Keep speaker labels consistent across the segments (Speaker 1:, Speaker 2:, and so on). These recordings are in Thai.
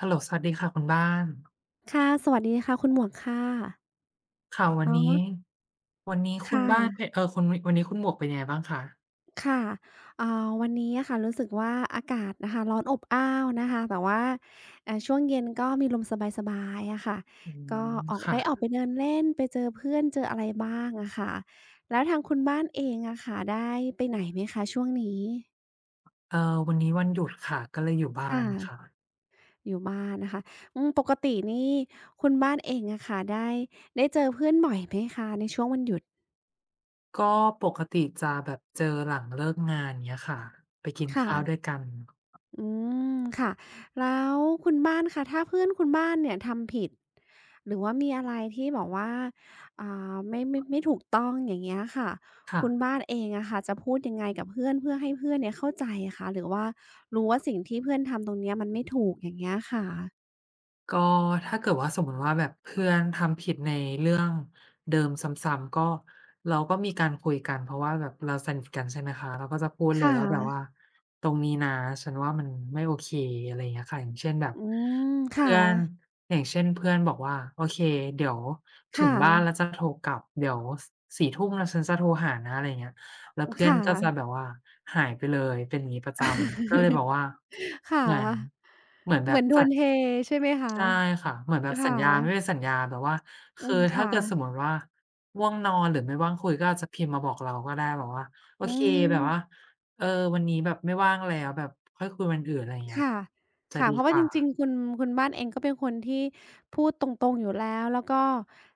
Speaker 1: ฮัลโหลสวัสดีค่ะคุณบ้าน
Speaker 2: ค่ะสวัสดีค่ะคุณหมวกค่ะ
Speaker 1: ค่ะวัน
Speaker 2: อ๋อ
Speaker 1: นี้วันนี้
Speaker 2: ค
Speaker 1: คุณบ้านเป็
Speaker 2: ่ะ
Speaker 1: นเออคุณวันนี้คุณหมวกเป็นยังไงบ้างคะ
Speaker 2: ค่ะอ่าวันนี้อะค่ะรู้สึกว่าอากาศนะคะร้อนอบอ้าวนะคะแต่ว่าช่วงเย็นก็มีลมสบายๆอะค่ะ
Speaker 1: อื
Speaker 2: ก็
Speaker 1: ม
Speaker 2: ออ
Speaker 1: ค่ะ
Speaker 2: กไปเดินเล่นไปเจอเพื่อนเจออะไรบ้างอะค่ะแล้วทางคุณบ้านเองอะค่ะได้ไปไหนไหมคะช่วงนี้
Speaker 1: วันนี้วันหยุดค่ะก็เลยอยู่บ้าน
Speaker 2: ค่ะ
Speaker 1: ค่ะ
Speaker 2: อยู่บ้านนะคะอืมปกตินี่คุณบ้านเองอะค่ะได้เจอเพื่อนบ่อยไหมคะในช่วงวันหยุด
Speaker 1: ก็ปกติจะแบบเจอหลังเลิกงานเงี้ยค่ะไปกิน
Speaker 2: ค่ะ
Speaker 1: ข้าวด้วยกัน
Speaker 2: อืมค่ะแล้วคุณบ้านคะถ้าเพื่อนคุณบ้านเนี่ยทำผิดหรือว่ามีอะไรที่แบอกว่าอ่าไม่ถูกต้องอย่างเงี้ยค่ะ
Speaker 1: ค่ะ
Speaker 2: คุณบ้านเองอะค่ะจะพูดยังไงกับเพื่อนเพื่อให้เพื่อนเนี่ยเข้าใจอะคะหรือว่ารู้ว่าสิ่งที่เพื่อนทำตรงเนี้ยมันไม่ถูกอย่างเงี้ยค่ะ
Speaker 1: ก็ถ้าเกิดว่าสมมุติว่าแบบเพื่อนทำผิดในเรื่องเดิมซ้ำๆก็เราก็มีการคุยกันเพราะว่าแบบเราสนิทกันใช่ไหมคะเราก็จะพูดเลย
Speaker 2: ค่ะ
Speaker 1: ว่าแบบว่าตรงนี้นะฉันว่ามันไม่โอเคอะไรอย่างเงี้ยค่ะอย่างเช่นแบบ
Speaker 2: อืมค่ะ
Speaker 1: เพื่อนอย่างเช่นเพื่อนบอกว่าโอเคเดี๋ยวถึง
Speaker 2: ค่ะ
Speaker 1: บ้านแล้วจะโทรกลับเดี๋ยวส4ทุ่มแล้วฉันจะโทรหานะอะไรอย่างเงี้ยแล้วเพื่
Speaker 2: ค
Speaker 1: อนก็จะ
Speaker 2: ่ะ
Speaker 1: แบบว่าหายไปเลยเป็นอย่างงี้ประจำก็เลยบอก ว่า
Speaker 2: ค่ะ
Speaker 1: เหมือนเหมือนแบ
Speaker 2: เหมื
Speaker 1: บ
Speaker 2: อนโด
Speaker 1: ส
Speaker 2: นเทใช่ไหมคะ
Speaker 1: ใช่ค่ะเหมือนแบบสั
Speaker 2: ค่ะ
Speaker 1: ญญาไม่เป็นสัญญาแบบว่า
Speaker 2: อื
Speaker 1: คือ
Speaker 2: ม
Speaker 1: ถ้า
Speaker 2: ค่ะ
Speaker 1: เกิดสมมติว่าง่วงนอนหรือไม่ว่างคุยก็อาจจะพิมพ์มาบอกเราก็ได้แบบว่าโอ
Speaker 2: อื
Speaker 1: เคแบบว่า
Speaker 2: ม
Speaker 1: เออวันนี้แบบไม่ว่างแล้วแบบค่อยคุยวันอื่นอะไรเงี้ย
Speaker 2: ค่ะ
Speaker 1: จะ
Speaker 2: ค่ะ
Speaker 1: ดี
Speaker 2: เพราะ
Speaker 1: ก
Speaker 2: ว่าจ
Speaker 1: ว่า
Speaker 2: ริงๆคุณบ้านเองก็เป็นคนที่พูดตรงๆ อยู่แล้ว แล้วก็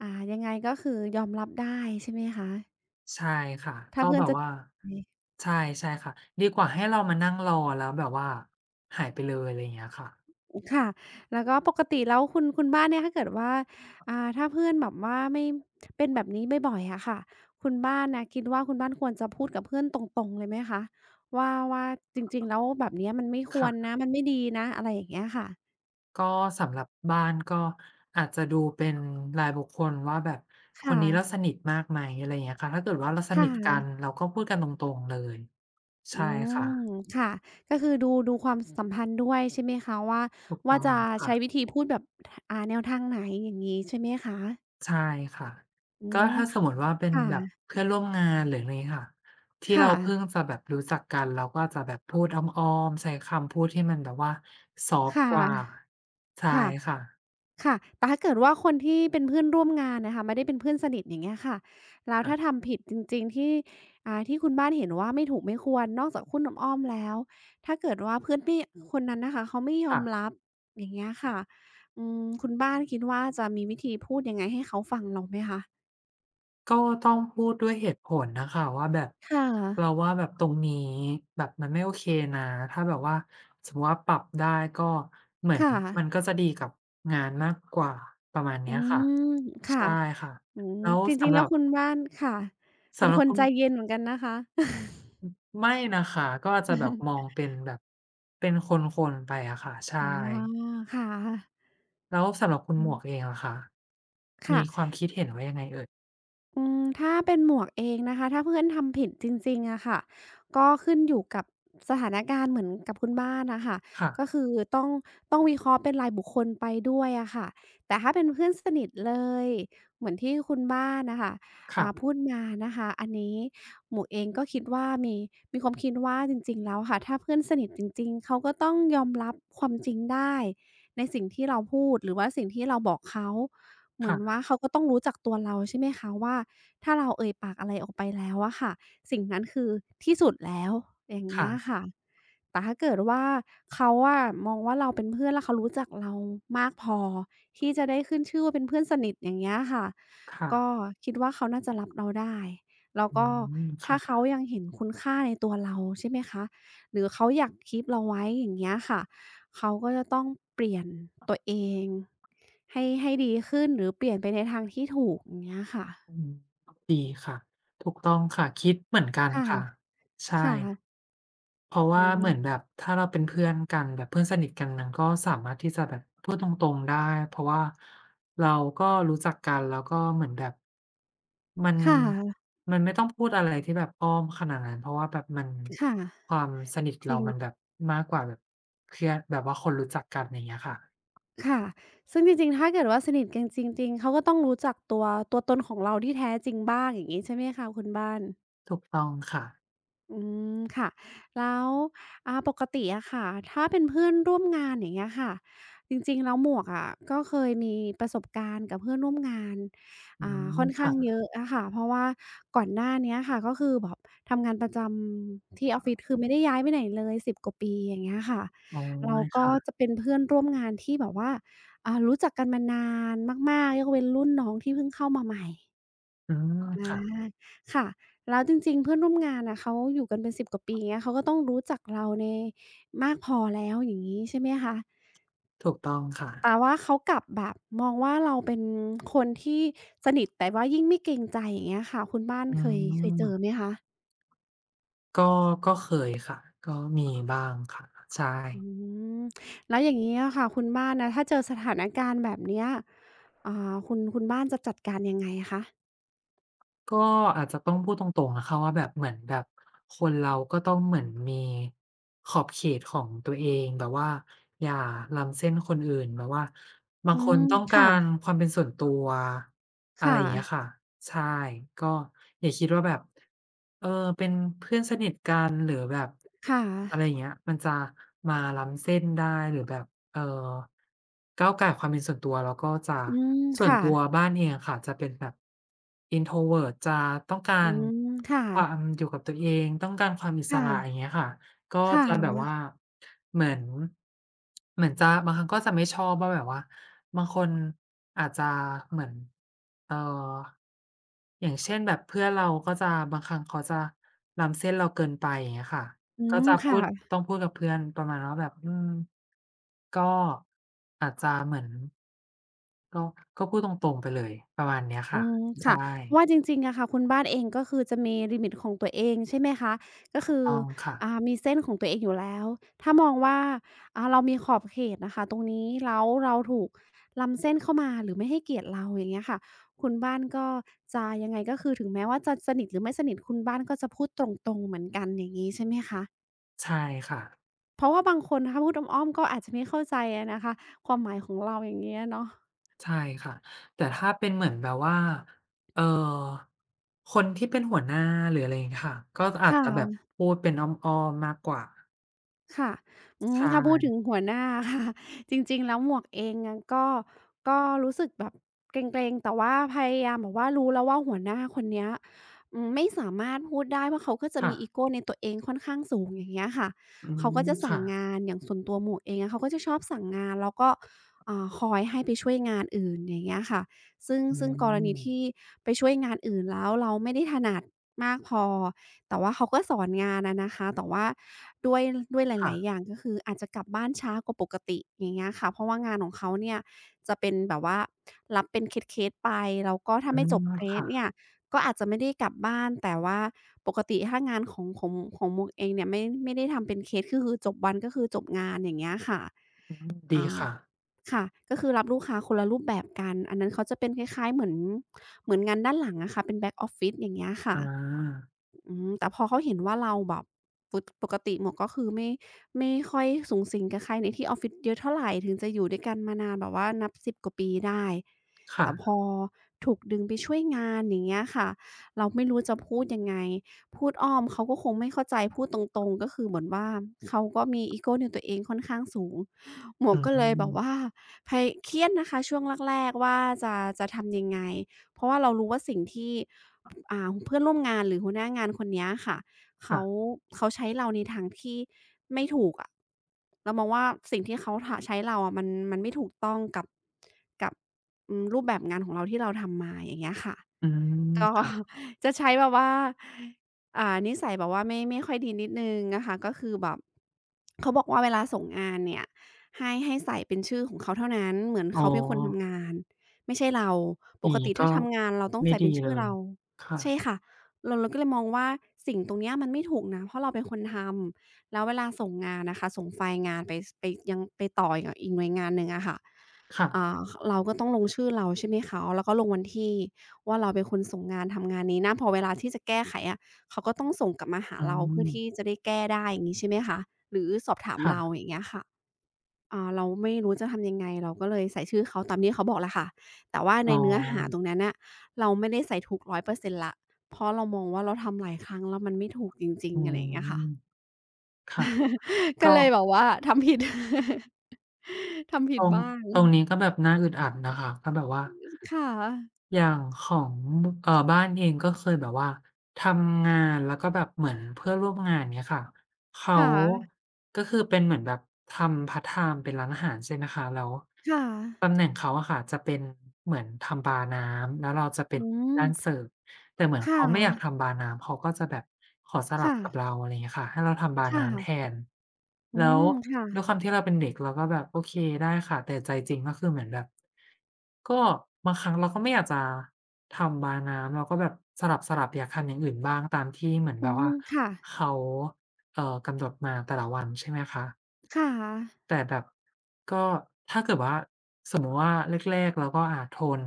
Speaker 2: ยังไงก็คือยอมรับได้ใช่ไหมคะ
Speaker 1: ใช่ค่ะ
Speaker 2: ถ้า
Speaker 1: ก็
Speaker 2: เพื่อ
Speaker 1: แบ
Speaker 2: น
Speaker 1: บ
Speaker 2: จะ
Speaker 1: ว่า ใช่ใช่ค่ะดีกว่าให้เรามานั่งรอแล้วแบบว่าหายไปเลยอะไรเงี้ยค่ะ
Speaker 2: ค่ะแล้วก็ปกติแล้วคุณบ้านเนี่ยถ้าเกิดว่าถ้าเพื่อนแบบว่าไม่เป็นแบบนี้บ่อยๆอะค่ะคุณบ้านนะคิดว่าคุณบ้านควรจะพูดกับเพื่อนตรงๆเลยไหมคะว่าจริงๆแล้วแบบเนี้ยมันไม่ควร
Speaker 1: ค่ะ
Speaker 2: นะมันไม่ดีนะอะไรอย่างเงี้ยค่ะ
Speaker 1: ก็สำหรับบ้านก็อาจจะดูเป็นรายบุคคลว่าแบบคน
Speaker 2: ค่ะ
Speaker 1: นี้เราสนิทมากไหมอะไรอย่างเงี้ยค่ะถ้าเกิดว่าเราสนิ
Speaker 2: ค่ะ
Speaker 1: ทกันเราก็พูดกันตรงๆเลย
Speaker 2: อื
Speaker 1: ใช่ค่ะ
Speaker 2: มค่ะก็คือดูความสัมพันธ์ด้วยใช่ไหมคะ
Speaker 1: ถูก
Speaker 2: ว่า
Speaker 1: ต้อง
Speaker 2: จะ
Speaker 1: ค่ะ
Speaker 2: ใช้วิธีพูดแบบแนวทางไหนอย่างงี้ใช่ไหมคะ
Speaker 1: ใช่ค่ะ
Speaker 2: อื
Speaker 1: ก็
Speaker 2: ม
Speaker 1: ถ้าสมมติว่าเป็นแบบ
Speaker 2: ค่ะ
Speaker 1: เพื่อนร่วมงานหรืออะไรงี้ค่ะที่เรา
Speaker 2: ค่ะ
Speaker 1: เพิ่งจะแบบรู้จักกันเราก็อาจจะแบบพูดอ้อมๆใช้คำพูดที่มันแบบว่าซอฟต์
Speaker 2: ค่ะ
Speaker 1: กว่าใช่
Speaker 2: ค่ะ
Speaker 1: ค่ะ
Speaker 2: ค่ะแต่ถ้าเกิดว่าคนที่เป็นเพื่อนร่วมงานน่ะค่ะไม่ได้เป็นเพื่อนสนิทอย่างเงี้ยค่ะแล้วถ้า
Speaker 1: ค่ะ
Speaker 2: ทำผิดจริงๆที่ที่คุณบ้านเห็นว่าไม่ถูกไม่ควรนอกจากคุณอ้อมๆแล้วถ้าเกิดว่าเพื่อนที่คนนั้นน่ะค่ะเขาไม่ยอม
Speaker 1: ค่ะ
Speaker 2: รับอย่างเงี้ยค่ะอืมคุณบ้านคิดว่าจะมีวิธีพูดยังไงให้เขาฟังเราไหมคะ
Speaker 1: ก็ต้องพูดด้วยเหตุผลนะคะว่าแบบ
Speaker 2: ค่ะ
Speaker 1: เราว่าแบบตรงนี้แบบมันไม่โอเคนะถ้าแบบว่าสมมุติว่าปรับได้ก็เหมือน
Speaker 2: ค่ะ
Speaker 1: มันก็จะดีกับงานมากกว่าประมาณ
Speaker 2: อื
Speaker 1: เนี้ยค่ะ
Speaker 2: มค่ะ
Speaker 1: ใช่ค่ะ
Speaker 2: อืม
Speaker 1: แล้ว
Speaker 2: จริง
Speaker 1: สำ
Speaker 2: ๆ
Speaker 1: ห
Speaker 2: แล้
Speaker 1: รั
Speaker 2: ว
Speaker 1: บ
Speaker 2: คุณบ้านค่ะเป็
Speaker 1: สำ
Speaker 2: น
Speaker 1: หรับ
Speaker 2: คน
Speaker 1: คุ
Speaker 2: ใจ
Speaker 1: ณ
Speaker 2: เย็นเหมือนกันนะคะ
Speaker 1: ไม่นะคะก็อาจจะแบบมองเป็นแบบเป็นคนๆไปอะค่ะใช่
Speaker 2: อ๋อค่ะ
Speaker 1: แล้วสำหรับคุณ
Speaker 2: อื
Speaker 1: หมว
Speaker 2: ม
Speaker 1: กเองล่ะคะมีความ
Speaker 2: ค่ะ
Speaker 1: คิดเห็นว่ายังไงเอ่ย
Speaker 2: อืมถ้าเป็นหมวกเองนะคะถ้าเพื่อนทำผิดจริงๆอะค่ะก็ขึ้นอยู่กับสถานการณ์เหมือนกับคุณบ้านนะคะ
Speaker 1: ค่ะ
Speaker 2: ก็คือต้องต้องวิเคราะห์เป็นรายบุคคลไปด้วยอะค่ะแต่ถ้าเป็นเพื่อนสนิทเลยเหมือนที่คุณบ้านนะคะ
Speaker 1: ๆ
Speaker 2: พูดมานะคะอันนี้หมวกเองก็คิดว่ามีความคิดว่าจริงๆแล้วค่ะถ้าเพื่อนสนิทจริงๆเขาก็ต้องยอมรับความจริงได้ในสิ่งที่เราพูดหรือว่าสิ่งที่เราบอกเขา
Speaker 1: ๆ
Speaker 2: เหมือน
Speaker 1: ค่ะ
Speaker 2: ว่าเขาก็ต้องรู้จักตัวเราใช่ไหมคะว่า ถ้าเราเอ่ยปากอะไรออกไปแล้วอะค่ะสิ่งนั้นคือที่สุดแล้วอย่างเงี้ย
Speaker 1: ค่ะ
Speaker 2: ค่ะแต่ถ้าเกิดว่าเขาอะมองว่าเราเป็นเพื่อนแล้วเขารู้จักเรามากพอที่จะได้ขึ้นชื่อว่าเป็นเพื่อนสนิทอย่างเงี้ยค่ะ
Speaker 1: ค่ะ
Speaker 2: ก็คิดว่าเขาน่าจะรับเราได้ แล้ว
Speaker 1: อื
Speaker 2: ก็
Speaker 1: ม
Speaker 2: ถ้าเขา
Speaker 1: ค่ะ
Speaker 2: ยังเห็นคุณค่าในตัวเราใช่ไหมคะหรือเขาอยาก keep เราไว้อย่างเงี้ยค่ะเขาก็จะต้องเปลี่ยนตัวเองให้ดีขึ้นหรือเปลี่ยนไปในทางที่ถูกอย่างเงี้ยค่ะ
Speaker 1: อืมดีค่ะถูกต้องค่ะคิดเหมือนกัน
Speaker 2: ค่ะ
Speaker 1: ค่ะใช่
Speaker 2: ค่ะ
Speaker 1: เพราะ
Speaker 2: อื
Speaker 1: ว่าเหมือนแบ
Speaker 2: ม
Speaker 1: บถ้าเราเป็นเพื่อนกันแบบเพื่อนสนิทกันมันก็สามารถที่จะแบบพูดตรงๆได้เพราะว่าเราก็รู้จักกันแล้วก็เหมือนแบบมัน
Speaker 2: ค่ะ
Speaker 1: มันไม่ต้องพูดอะไรที่แบบอ้อมขนาดนั้นเพราะว่าแบบมัน
Speaker 2: ค่ะ
Speaker 1: ความสนิท
Speaker 2: จ
Speaker 1: เรา
Speaker 2: ริง
Speaker 1: มันแบบมากกว่าแบบเพื่อนแบบว่าคนรู้จักกันอย่างเงี้ยค่ะ
Speaker 2: ค่ะ ซึ่งจริงๆ ถ้าเกิดว่าสนิทกันจริงๆ เขาก็ต้องรู้จักตัวตนของเราที่แท้จริงบ้างอย่างงี้ใช่ไหมคะคุณบ้าน
Speaker 1: ถูกต้องค่ะ
Speaker 2: อืมค่ะแล้วปกติอะค่ะถ้าเป็นเพื่อนร่วมงานอย่างเงี้ยค่ะจริงๆแล้วหมวกอะก็เคยมีประสบการณ์กับเพื่อนร่วมงาน
Speaker 1: อื
Speaker 2: ค่
Speaker 1: ม
Speaker 2: อนข้างเย
Speaker 1: ค่ะ
Speaker 2: อะอะค่ะเพราะว่าก่อนหน้าเนี้ยค่ะก็คือแบบทำงานประจำที่ออฟฟิศคือไม่ได้ย้ายไปไหนเลยสิบกว่าปีอย่างเงี้ยค่ะ
Speaker 1: อ๋อ
Speaker 2: เราก็
Speaker 1: ค่ะ
Speaker 2: จะเป็นเพื่อนร่วมงานที่แบบว่ารู้จักกันมานานมากๆยกเว้นรุ่นน้องที่เพิ่งเข้ามาใหม่
Speaker 1: อืม
Speaker 2: อา
Speaker 1: ค่ะ
Speaker 2: ค่ะแล้วจริงๆเพื่อนร่วมงานน่ะเขาอยู่กันเป็นสิบกว่าปีอย่างเงี้ยเขาก็ต้องรู้จักเราในมากพอแล้วอย่างงี้ใช่ไหมคะ
Speaker 1: ถูกต้องค่ะ
Speaker 2: แต่ว่าเขากลับแบบมองว่าเราเป็นคนที่สนิทแต่ว่ายิ่งไม่เกรงใจอย่างเงี้ยค่ะคุณบ้าน
Speaker 1: อื
Speaker 2: เคยเจอ
Speaker 1: ม
Speaker 2: ไหมคะ
Speaker 1: ก็ก็เคยค่ะก็มีบ้างค่ะใช่
Speaker 2: อืมแล้วอย่างงี้อะค่ะคุณบ้านนะถ้าเจอสถานการณ์แบบเนี้ยอ่าคุณคุณบ้านจะจัดการยังไงคะ
Speaker 1: ก็อาจจะต้องพูดตรงๆนะคะว่าแบบเหมือนแบบคนเราก็ต้องเหมือนมีขอบเขตของตัวเองแบบว่าอย่าล้ำเส้นคนอื่นแบบว่าบาง
Speaker 2: อื
Speaker 1: ค
Speaker 2: ม
Speaker 1: นต้องการ
Speaker 2: ค่ะ
Speaker 1: ความเป็นส่วนตัวอะไร
Speaker 2: ค่ะ
Speaker 1: อย่างเงี้ยค่ะใช่ก็อย่าคิดว่าแบบเออเป็นเพื่อนสนิทกันหรือแบบ
Speaker 2: ค่ะ
Speaker 1: อะไรอย่างเงี้ยมันจะมาล้ำเส้นได้หรือแบบเอ่อก้าวก่ายความเป็นส่วนตัวแล้วก็จะ
Speaker 2: อืม
Speaker 1: ส่วน
Speaker 2: ค่ะ
Speaker 1: ตัวบ้านเองอะค่ะจะเป็นแบบ introvert จะต้องกา
Speaker 2: อื
Speaker 1: ร
Speaker 2: มค่ะ
Speaker 1: ความอยู่กับตัวเองต้องการความอิ
Speaker 2: ค
Speaker 1: สระอย่าง
Speaker 2: ่ะ
Speaker 1: เงี้ยค่ะก็
Speaker 2: ค่ะ
Speaker 1: จะแบบว่าเหมือนเหมือนจะบางครั้งก็จะไม่ชอบว่าแบบว่าบางคนอาจจะเหมือนเอ่ออย่างเช่นแบบเพื่อนเราก็จะบางครั้งเขาจะล้ำเส้นเราเกินไปอย่างเงี้ยค่ะ
Speaker 2: อื
Speaker 1: ก็
Speaker 2: ม
Speaker 1: จะพู
Speaker 2: ค่ะ
Speaker 1: ดต้องพูดกับเพื่อนประมาณว่าแบบอืมก็อาจจะเหมือนก็ก็พูดตรงๆไปเลยประมาณเนี้ย
Speaker 2: อื
Speaker 1: ค่ะ
Speaker 2: ม
Speaker 1: ใช่
Speaker 2: ค่ะเพราะว่าจริงๆอะค่ะคุณบ้านเองก็คือจะมีลิมิตของตัวเองใช่ไหมคะก็
Speaker 1: ถูก
Speaker 2: คือ
Speaker 1: ต้องค่ะ
Speaker 2: มีเส้นของตัวเองอยู่แล้ว ถ้ามองว่าเรามีขอบเขตนะคะตรงนี้แล้วเราถูกล้ำเส้นเข้ามาหรือไม่ให้เกียรติเราอย่างเงี้ยค่ะคุณบ้านก็จะยังไงก็คือถึงแม้ว่าจะสนิทหรือไม่สนิทคุณบ้านก็จะพูดตรงๆ เหมือนกันอย่างงี้ใช่ไหมคะ
Speaker 1: ใช่ค่ะ
Speaker 2: เพราะว่าบางคนนะคะพูดอ้อมๆก็อาจจะไม่เข้าใจอะนะคะความหมายของเราอย่างเงี้ยเนาะ
Speaker 1: ใช่ค่ะแต่ถ้าเป็นเหมือนแบบว่าเอ่อคนที่เป็นหัวหน้าหรืออะไรอย่างเงี้ยค่ะก็
Speaker 2: ค
Speaker 1: อาจจะแบบ
Speaker 2: ่ะ
Speaker 1: พูดเป็นอ้อมๆมากกว่า
Speaker 2: ค่ะอืม
Speaker 1: ใช่
Speaker 2: ถ้าพูดถึงหัวหน้าค่ะ จริงๆแล้วหมวกเองอะก็ก็รู้สึกแบบเกร็งๆแต่ว่าพยายามแบบว่ารู้แล้วว่าหัวหน้าคนเนี้ยอืมไม่สามารถพูดได้เพราะเขาก็จะ
Speaker 1: ค่ะ
Speaker 2: มีอีโกในตัวเองค่อนข้างสูงอย่างเงี้ยค่ะ
Speaker 1: อื
Speaker 2: เขาก็
Speaker 1: ม
Speaker 2: จะสั่ง
Speaker 1: ค่ะ
Speaker 2: งานอย่างส่วนตัวหมวกเองอะเขาก็จะชอบสั่งงานแล้วก็คอยให้ไปช่วยงานอื่นอย่างเงี้ยค่ะซึ่ง
Speaker 1: อื
Speaker 2: ซึ่งกรณี
Speaker 1: ม
Speaker 2: ที่ไปช่วยงานอื่นแล้วเราไม่ได้ถนัด มากพอแต่ว่าเขาก็สอนงานอะนะคะแต่ว่าด้วยด้วยหลายๆอ
Speaker 1: ค่ะ
Speaker 2: ย่างก็คืออาจจะกลับบ้านช้ากว่าปกติอย่างเงี้ยค่ะเพราะว่างานของเขาเนี่ยจะเป็นแบบว่ารับเป็นเคสๆไปแล้วก็ถ้า
Speaker 1: อื
Speaker 2: ไม่จบ
Speaker 1: ม
Speaker 2: เคส
Speaker 1: ค่ะ
Speaker 2: เนี่ยก็อาจจะไม่ได้กลับบ้าน แต่ว่าปกติถ้างานของของหมวกเองเนี่ยไม่ได้ทำเป็นเคสก็คือจบวันก็คือจบงานอย่างเงี้ยค่ะ
Speaker 1: อืมดี
Speaker 2: อ่า
Speaker 1: ค่ะ
Speaker 2: ค่ะก็คือรับลูกค้าคนละรูปแบบกันอันนั้นเขาจะเป็นคล้ายๆเหมือนเหมือนงานด้านหลังอะค่ะเป็น Back Office อย่างเงี้ย
Speaker 1: อ
Speaker 2: ค่ะ
Speaker 1: า
Speaker 2: อืมแต่พอเขาเห็นว่าเราแบบปกติหมวกก็คือไม่ค่อยสุงสิงกับใครในที่ออฟฟิศเยอะเท่าไรถึงจะอยู่ด้วยกันมานานแบบว่านับ10กว่าปีได้แต่พ
Speaker 1: ค่ะ
Speaker 2: อถูกดึงไปช่วยงานอย่างเงี้ยค่ะเราไม่รู้จะพูดยังไงพูดอ้อมเขาก็คงไม่เข้าใจพูดตรงๆก็คือเหมือนว่าเขาก็มีอีโกในตัวเองค่อนข้างสูงหม
Speaker 1: อื
Speaker 2: วกก็เลยแบบว่า
Speaker 1: ม
Speaker 2: เครียดนะคะช่วงแรกๆว่าจะจะทำยังไง เพราะว่าเรารู้ว่าสิ่งที่เพื่อนร่วมงานหรือหัวหน้างานคนเนี้ยค่ะ
Speaker 1: ค่ะ
Speaker 2: เขาเขาใช้เราในทางที่ไม่ถูกอะเรามองว่าสิ่งที่เขาทใช้เราอะมันไม่ถูกต้องกับกับอืมรูปแบบงานของเราที่เราทำมาอย่างเงี้ยค่ะ
Speaker 1: อืม
Speaker 2: ก็
Speaker 1: ค่ะ
Speaker 2: จะใช้แบบว่านิสัยแบบว่าไม่ค่อยดีนิดนึงนะคะก็คือแบบเขาบอกว่าเวลาส่งงานเนี่ยให้ใส่เป็นชื่อของเขาเท่านั้นเหมือน
Speaker 1: อ๋อ
Speaker 2: เขาเป็นคนทำงานไม่ใช่เรา
Speaker 1: อ
Speaker 2: ป
Speaker 1: ย่าง
Speaker 2: ก
Speaker 1: งี้
Speaker 2: ติ
Speaker 1: ก็
Speaker 2: ถ้าทำงานเราต้อง
Speaker 1: ไม่
Speaker 2: ใส่
Speaker 1: ดี
Speaker 2: เป็น
Speaker 1: เล
Speaker 2: ชื่อ
Speaker 1: ย
Speaker 2: เรา
Speaker 1: ค
Speaker 2: ใช่
Speaker 1: ่ะ
Speaker 2: ค่ะเราก็เลยมองว่าสิ่งตรงเนี้ยมันไม่ถูกนะเพราะเราเป็นคนทำแล้วเวลาส่งงานนะคะส่งไฟล์งานไปไปยังไปต่อกับอีกหน่วยงานหนึ่งอะค่ะ
Speaker 1: ค่ะ
Speaker 2: อ่าเราก็ต้องลงชื่อเราใช่ไหมคะแล้วก็ลงวันที่ว่าเราเป็นคนส่งงานทำงานนี้นะพอเวลาที่จะแก้ไขอะเขาก็ต้องส่งกลับมาหา
Speaker 1: อื
Speaker 2: เราเพื่อ
Speaker 1: ม
Speaker 2: ที่จะได้แก้ได้อย่างงี้ใช่ไหมคะหรือสอบถามเราอ
Speaker 1: ค่ะ
Speaker 2: ย่างเงี้ยค่ะเราไม่รู้จะทำยังไงเราก็เลยใส่ชื่อเขาตามที่เขาบอกแหละค่ะแต่ว่า
Speaker 1: อ๋
Speaker 2: ใน
Speaker 1: อ
Speaker 2: เนื้อหาตรงนั้นน่ะเราไม่ได้ใส่ถูก100%แล้วเพราะเรามองว่าเราทำหลายครั้งแล้วมันไม่ถูกจริง
Speaker 1: อื
Speaker 2: ๆอะไรอย่างเงี้ยค่ะ
Speaker 1: ม ค่ะ
Speaker 2: ก็
Speaker 1: ก็
Speaker 2: เลยแบบว่าทำผิด ทำ
Speaker 1: ต
Speaker 2: ผิด
Speaker 1: รง
Speaker 2: บ้าง
Speaker 1: ตรงนี้ก็แบบน่าอึดอัดนะคะก็แบบว่า
Speaker 2: ค่ะ
Speaker 1: อย่างของบ้านเองก็เคยแบบว่าทำงานแล้วก็แบบเหมือนเพื่อนร่วมงานเงี้ยค่ะเขา
Speaker 2: ค่ะ
Speaker 1: ก็คือเป็นเหมือนแบบทำพาร์ตไทม์เป็นร้านอาหารใช่ไหมคะแล้ว
Speaker 2: ค่ะ
Speaker 1: ตำแหน่งเขาอะค่ะจะเป็นเหมือนทำบาร์น้ำแล้วเราจะเป็น
Speaker 2: อืม
Speaker 1: ด้านเสิร์ฟ แต่เหมือน
Speaker 2: ค่
Speaker 1: เขาไม่อยาก
Speaker 2: ะ
Speaker 1: ทำบาน้ำเขาก็จะแบบขอสลับกับ
Speaker 2: ค่ะ
Speaker 1: เราอะไรอย่างเงี้ยค่ะให้เราทำบา
Speaker 2: ค
Speaker 1: น้ำแท
Speaker 2: ่ะ
Speaker 1: น
Speaker 2: อื
Speaker 1: แล้ว
Speaker 2: มค่ะ
Speaker 1: ด้วยความที่เราเป็นเด็กเราก็แบบโอเคได้ค่ะแต่ใจจริงก็คือเหมือนแบบก็บางครั้งเราก็ไม่อยากจะทำบาน้ำเราก็แบบสลับๆอยากทำอย่างอื่นบ้างตามที่เหมือน
Speaker 2: อื
Speaker 1: แบบ
Speaker 2: ม
Speaker 1: ว่า
Speaker 2: ค่ะ
Speaker 1: เขากำหนดมาแต่ละวันใช่ไหมคะ
Speaker 2: ค่ะ
Speaker 1: แต่แบบก็ถ้าเกิดว่าสมมุติว่าแรกๆเราก็อาทน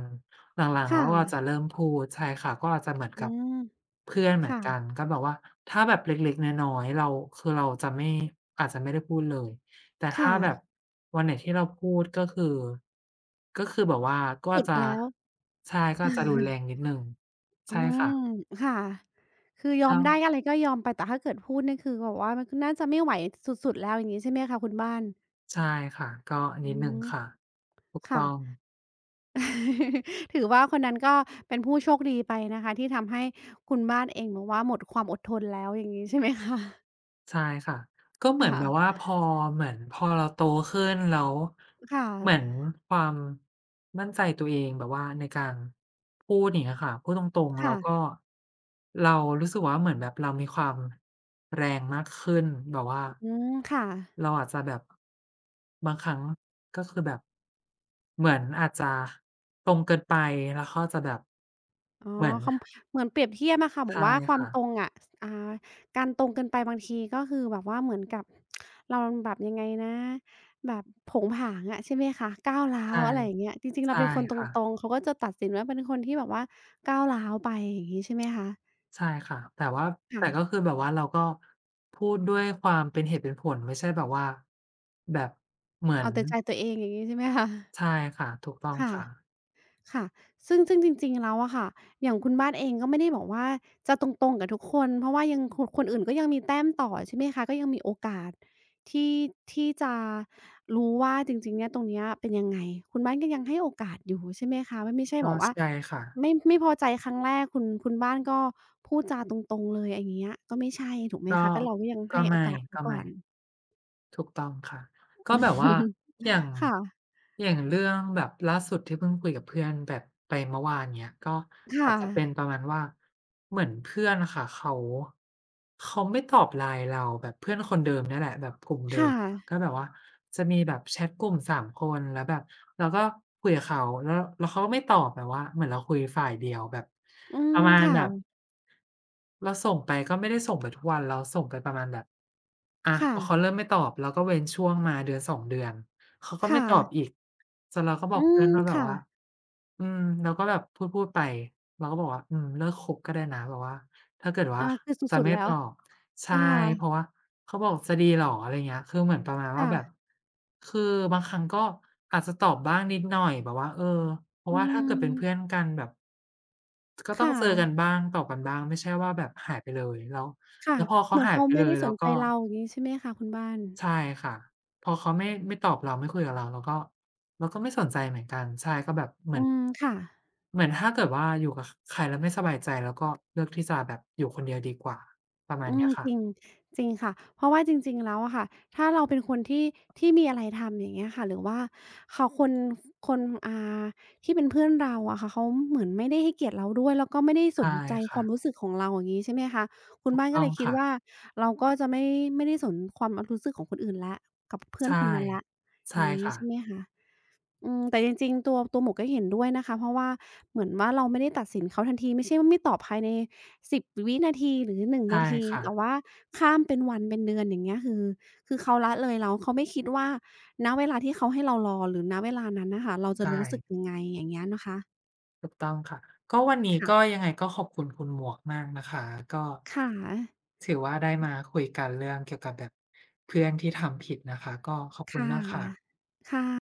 Speaker 1: หลังๆแล้วอะ
Speaker 2: ค่ะ
Speaker 1: จะเริ่มพูดใช่ค่ะก็อาจจะเหมือน
Speaker 2: อื
Speaker 1: กับ
Speaker 2: ม
Speaker 1: เพื่อนเหมือน
Speaker 2: ค่ะ
Speaker 1: กันก็แบบว่าถ้าแบบเล็กๆน้อยๆเราคือเราจะไม่อาจจะไม่ได้พูดเลยแต่ถ้า
Speaker 2: ค่ะ
Speaker 1: แบบวันไหนที่เราพูดก็คือแบบว่าก็
Speaker 2: สุด
Speaker 1: จะ
Speaker 2: แล้ว
Speaker 1: ใช่ก็จะรุน แรงนิดหนึ่ง
Speaker 2: อื
Speaker 1: ใช่ค่ะ
Speaker 2: มค่ะคือยอม
Speaker 1: แล้ว
Speaker 2: ได้อะไรก็ยอมไปแต่ถ้าเกิดพูดนี่คือแบบว่ามันก็น่าจะไม่ไหวสุดๆแล้วอย่างงี้ใช่ไหมคะคุณบ้าน
Speaker 1: ใช่ค่ะก็
Speaker 2: อื
Speaker 1: นิดหนึ่ง
Speaker 2: ม
Speaker 1: ค่ะถูกต้
Speaker 2: ค่ะ
Speaker 1: อง
Speaker 2: ถือว่าคนนั้นก็เป็นผู้โชคดีไปนะคะที่ทำให้คุณบ้านเองแบบว่าหมดความอดทนแล้วอย่างงี้ใช่ไหมคะ
Speaker 1: ใช่ค่ะก็เหมือนแบบว่า
Speaker 2: ค่ะ
Speaker 1: พอเหมือนพอเราโตขึ้นแล้ว
Speaker 2: ค่ะ
Speaker 1: เหมือนความมั่นใจตัวเองแบบว่าในการพูดอย่างเงี้ยค่ะพูดตรงๆแล้วก็
Speaker 2: ค่ะ
Speaker 1: เรารู้สึกว่าเหมือนแบบเรามีความแรงมากขึ้นแบบว่า
Speaker 2: อืมค่ะ
Speaker 1: เราอาจจะแบบบางครั้งก็คือแบบเหมือนอาจจะตรงเกินไปแล้วเขาอาจจะแบบ
Speaker 2: อ๋อ
Speaker 1: เหมือน
Speaker 2: คำเหมือนเปรียบเทียบอะค่ะ บอก
Speaker 1: ใช่
Speaker 2: ว่าความ
Speaker 1: ค่ะ
Speaker 2: ตรงอะสอ่าการตรงเกินไปบางทีก็คือแบบว่าเหมือนกับเราแบบยังไงนะแบบโผงผางอะใช่ไหมคะก้าวร้า
Speaker 1: ใช่
Speaker 2: วอะไรอย่างเงี้ยจริงๆเรา
Speaker 1: ใช่
Speaker 2: เป็นคนต
Speaker 1: ค่ะ
Speaker 2: รงๆเขาก็จะตัดสินว่าเป็นคนที่แบบว่าก้าวร้าวไปอย่างงี้ใช่ไหมคะ
Speaker 1: ใช่ค่ะ แต่ว่าแต่
Speaker 2: ค่ะ
Speaker 1: ก็คือแบบว่าเราก็พูดด้วยความเป็นเหตุเป็นผลไม่ใช่แบบว่าแบบเหมือน
Speaker 2: เอาแต่ใจตัวเองอย่างงี้ใช่ไหมคะ
Speaker 1: ใช่ค่ะถูกต้อง
Speaker 2: ค่ะ
Speaker 1: ค่ะ
Speaker 2: ค่ะซึ่งจริงๆแล้วอะค่ะอย่างคุณบ้านเองก็ไม่ได้บอกว่าจะตรงๆกับทุกคนเพราะว่ายังคนคนอื่นก็ยังมีแต้มต่อใช่ไหมคะก็ยังมีโอกาสที่ที่จะรู้ว่าจริงๆเนี่ยตรงเนี้ยเป็นยังไงคุณบ้านก็ยังให้โอกาสอยู่ใช่ไหมคะมันไม่ใช่แบ
Speaker 1: ก็
Speaker 2: บว่า
Speaker 1: ใช่ค่ะ
Speaker 2: ไม่พอใจครั้งแรกคุณบ้านก็พูดจาตรงๆเลยอย่างเงี้ยก็ไม่ใช่ถูกไหม
Speaker 1: ก็
Speaker 2: คะก็เราก็ยัง
Speaker 1: ก็
Speaker 2: ให้โอ
Speaker 1: ไม่
Speaker 2: กาสเขา
Speaker 1: ก็
Speaker 2: ก่อ
Speaker 1: ไม่
Speaker 2: น
Speaker 1: ถูกต้องค่ะก็แบบว่าอย่าง
Speaker 2: ค่ะ
Speaker 1: อย่างเรื่องแบบล่าสุดที่เพิ่งคุยกับเพื่อนแบบไปเมื่อวานเนี้ยก็อาจ
Speaker 2: ค่ะ
Speaker 1: จะเป็นประมาณว่าเหมือนเพื่อนอะค่ะเขาไม่ตอบไ i น e เราแบบเพื่อนคนเดิมเนี่ยแหละแบบกลุ่มเดิม
Speaker 2: ค่ะ
Speaker 1: ก็แบบว่าจะมีแบบแชทกลุ่มสามคนแล้วแบบเราก็คุยกับเขาแล้วเขาก็ไม่ตอบแบบว่าเหมือนเราคุยฝ่ายเดียวแบบ
Speaker 2: อื
Speaker 1: ป
Speaker 2: ม
Speaker 1: ระมาณ
Speaker 2: ค่ะ
Speaker 1: แบบ เราส่งไปก็ไม่ได้ส่งไปทุกวันเราส่งไปประมาณแบบอะพ
Speaker 2: ค่ะ
Speaker 1: อเขาเริ่มไม่ตอบเราก็เว้นช่วงมาเดือนสองเดือนเขาก็ไม่ตอบ
Speaker 2: ค่ะ
Speaker 1: อีกจนเราก็บอ
Speaker 2: อื
Speaker 1: กเพื่อน
Speaker 2: ม
Speaker 1: ว่าแบบ
Speaker 2: ค่ะ
Speaker 1: ว่าอืมเราก็แบบพูดๆไปเราก็บอกว่าอืมเลิกคบก็ได้นะแบบว่าถ้าเกิดว่า
Speaker 2: อาคือ
Speaker 1: จะ
Speaker 2: สุด
Speaker 1: ไม่
Speaker 2: ๆแล้
Speaker 1: ต
Speaker 2: ว
Speaker 1: อบ
Speaker 2: ค
Speaker 1: ใช่เพ
Speaker 2: ่ะ
Speaker 1: ราะว่าเขาบอกจะดีเหรออะไรเงี้ยคือเหมือนประมาณว่า
Speaker 2: ค่ะ
Speaker 1: แบบคือบางครั้งก็อาจจะตอบบ้างนิดหน่อยแบบว่าเออเพราะ
Speaker 2: อื
Speaker 1: ว่าถ้าเกิดเป็นเพื่อน
Speaker 2: ม
Speaker 1: กันแบบ ก็ต้อ
Speaker 2: ค่
Speaker 1: งเจอกัน
Speaker 2: ะ
Speaker 1: บ้างตอบกันบ้างไม่ใช่ว่าแบบหายไปเลยแล้ว
Speaker 2: ค่ะ
Speaker 1: แล้วพอ
Speaker 2: เห
Speaker 1: เขา
Speaker 2: มือน
Speaker 1: หาย
Speaker 2: เขา
Speaker 1: ไป
Speaker 2: ไม่
Speaker 1: เลย
Speaker 2: ได้ส
Speaker 1: แล้ว
Speaker 2: นใจ
Speaker 1: ก็
Speaker 2: เราอย่างงี้ใช่ไหมคะคุณบ้าน
Speaker 1: ใช่ค่ะพอเขาไม่ตอบเราไม่คุยกับเราเราก็เราก็ไม่สนใจเหมือนกันใช่ก็แบบเหมือ
Speaker 2: อื
Speaker 1: น
Speaker 2: มค่ะ
Speaker 1: เหมือนถ้าเกิดว่าอยู่กับใครแล้วไม่สบายใจเราก็เลือกที่จะแบบอยู่คนเดียวดีกว่าประมาณ
Speaker 2: อื
Speaker 1: เนี้
Speaker 2: ม
Speaker 1: ย
Speaker 2: จริง
Speaker 1: ค่ะ
Speaker 2: จริงค่ะเพราะว่าจริงๆแล้วอะค่ะถ้าเราเป็นคนที่มีอะไรทำอย่างเงี้ยค่ะหรือว่าเขาคนอ่าที่เป็นเพื่อนเราอะค่ะเขาเหมือนไม่ได้ให้เกียรติเราด้วยแล้วก็ไม่ได้สน
Speaker 1: ใช่
Speaker 2: ใจค
Speaker 1: ค่ะ
Speaker 2: วามรู้สึกของเราอย่างงี้ใช่ไหมคะคุณ
Speaker 1: ถูก
Speaker 2: บ้านก็
Speaker 1: ต้อ
Speaker 2: เล
Speaker 1: ง
Speaker 2: ยคิด
Speaker 1: ค่ะ
Speaker 2: ว่าเราก็จะไม่ได้สนความรู้สึกของคนอื่นแล้วกับเพื่อน
Speaker 1: ใช่
Speaker 2: คนนั้นแล้วอ
Speaker 1: ใช่
Speaker 2: ย่างงี้
Speaker 1: ค่ะ
Speaker 2: ใช่ไหมคะ อืมแต่จริงๆตัวหมวกก็เห็นด้วยนะคะเพราะว่าเหมือนว่าเราไม่ได้ตัดสินเขาทันทีไม่ใช่ว่าไม่ตอบภายใน10วินาทีหรือ1
Speaker 1: ใช่
Speaker 2: นาทีแต่
Speaker 1: ค่ะ
Speaker 2: ว่าข้ามเป็นวันเป็นเดือนอย่างเงี้ยคือคือเขาละเลยเราเขาไม่คิดว่าณเวลาที่เขาให้เรารอหรือณเวลานั้นน่ะค่ะเราจะ
Speaker 1: ใช่
Speaker 2: รู้สึกยังไงอย่างเงี้ยนะคะ
Speaker 1: ถูกต้องค่ะก็วันนี้ก็
Speaker 2: ค่ะ
Speaker 1: ยังไงก็ขอบคุณคุณหมวกมากนะคะก็
Speaker 2: ค่ะ
Speaker 1: ถือว่าได้มาคุยกันเรื่องเกี่ยวกับแบบเพื่อนที่ทำผิดนะคะก็ขอบคุณ
Speaker 2: ค่ะ
Speaker 1: มากค่ะ
Speaker 2: ค่ะ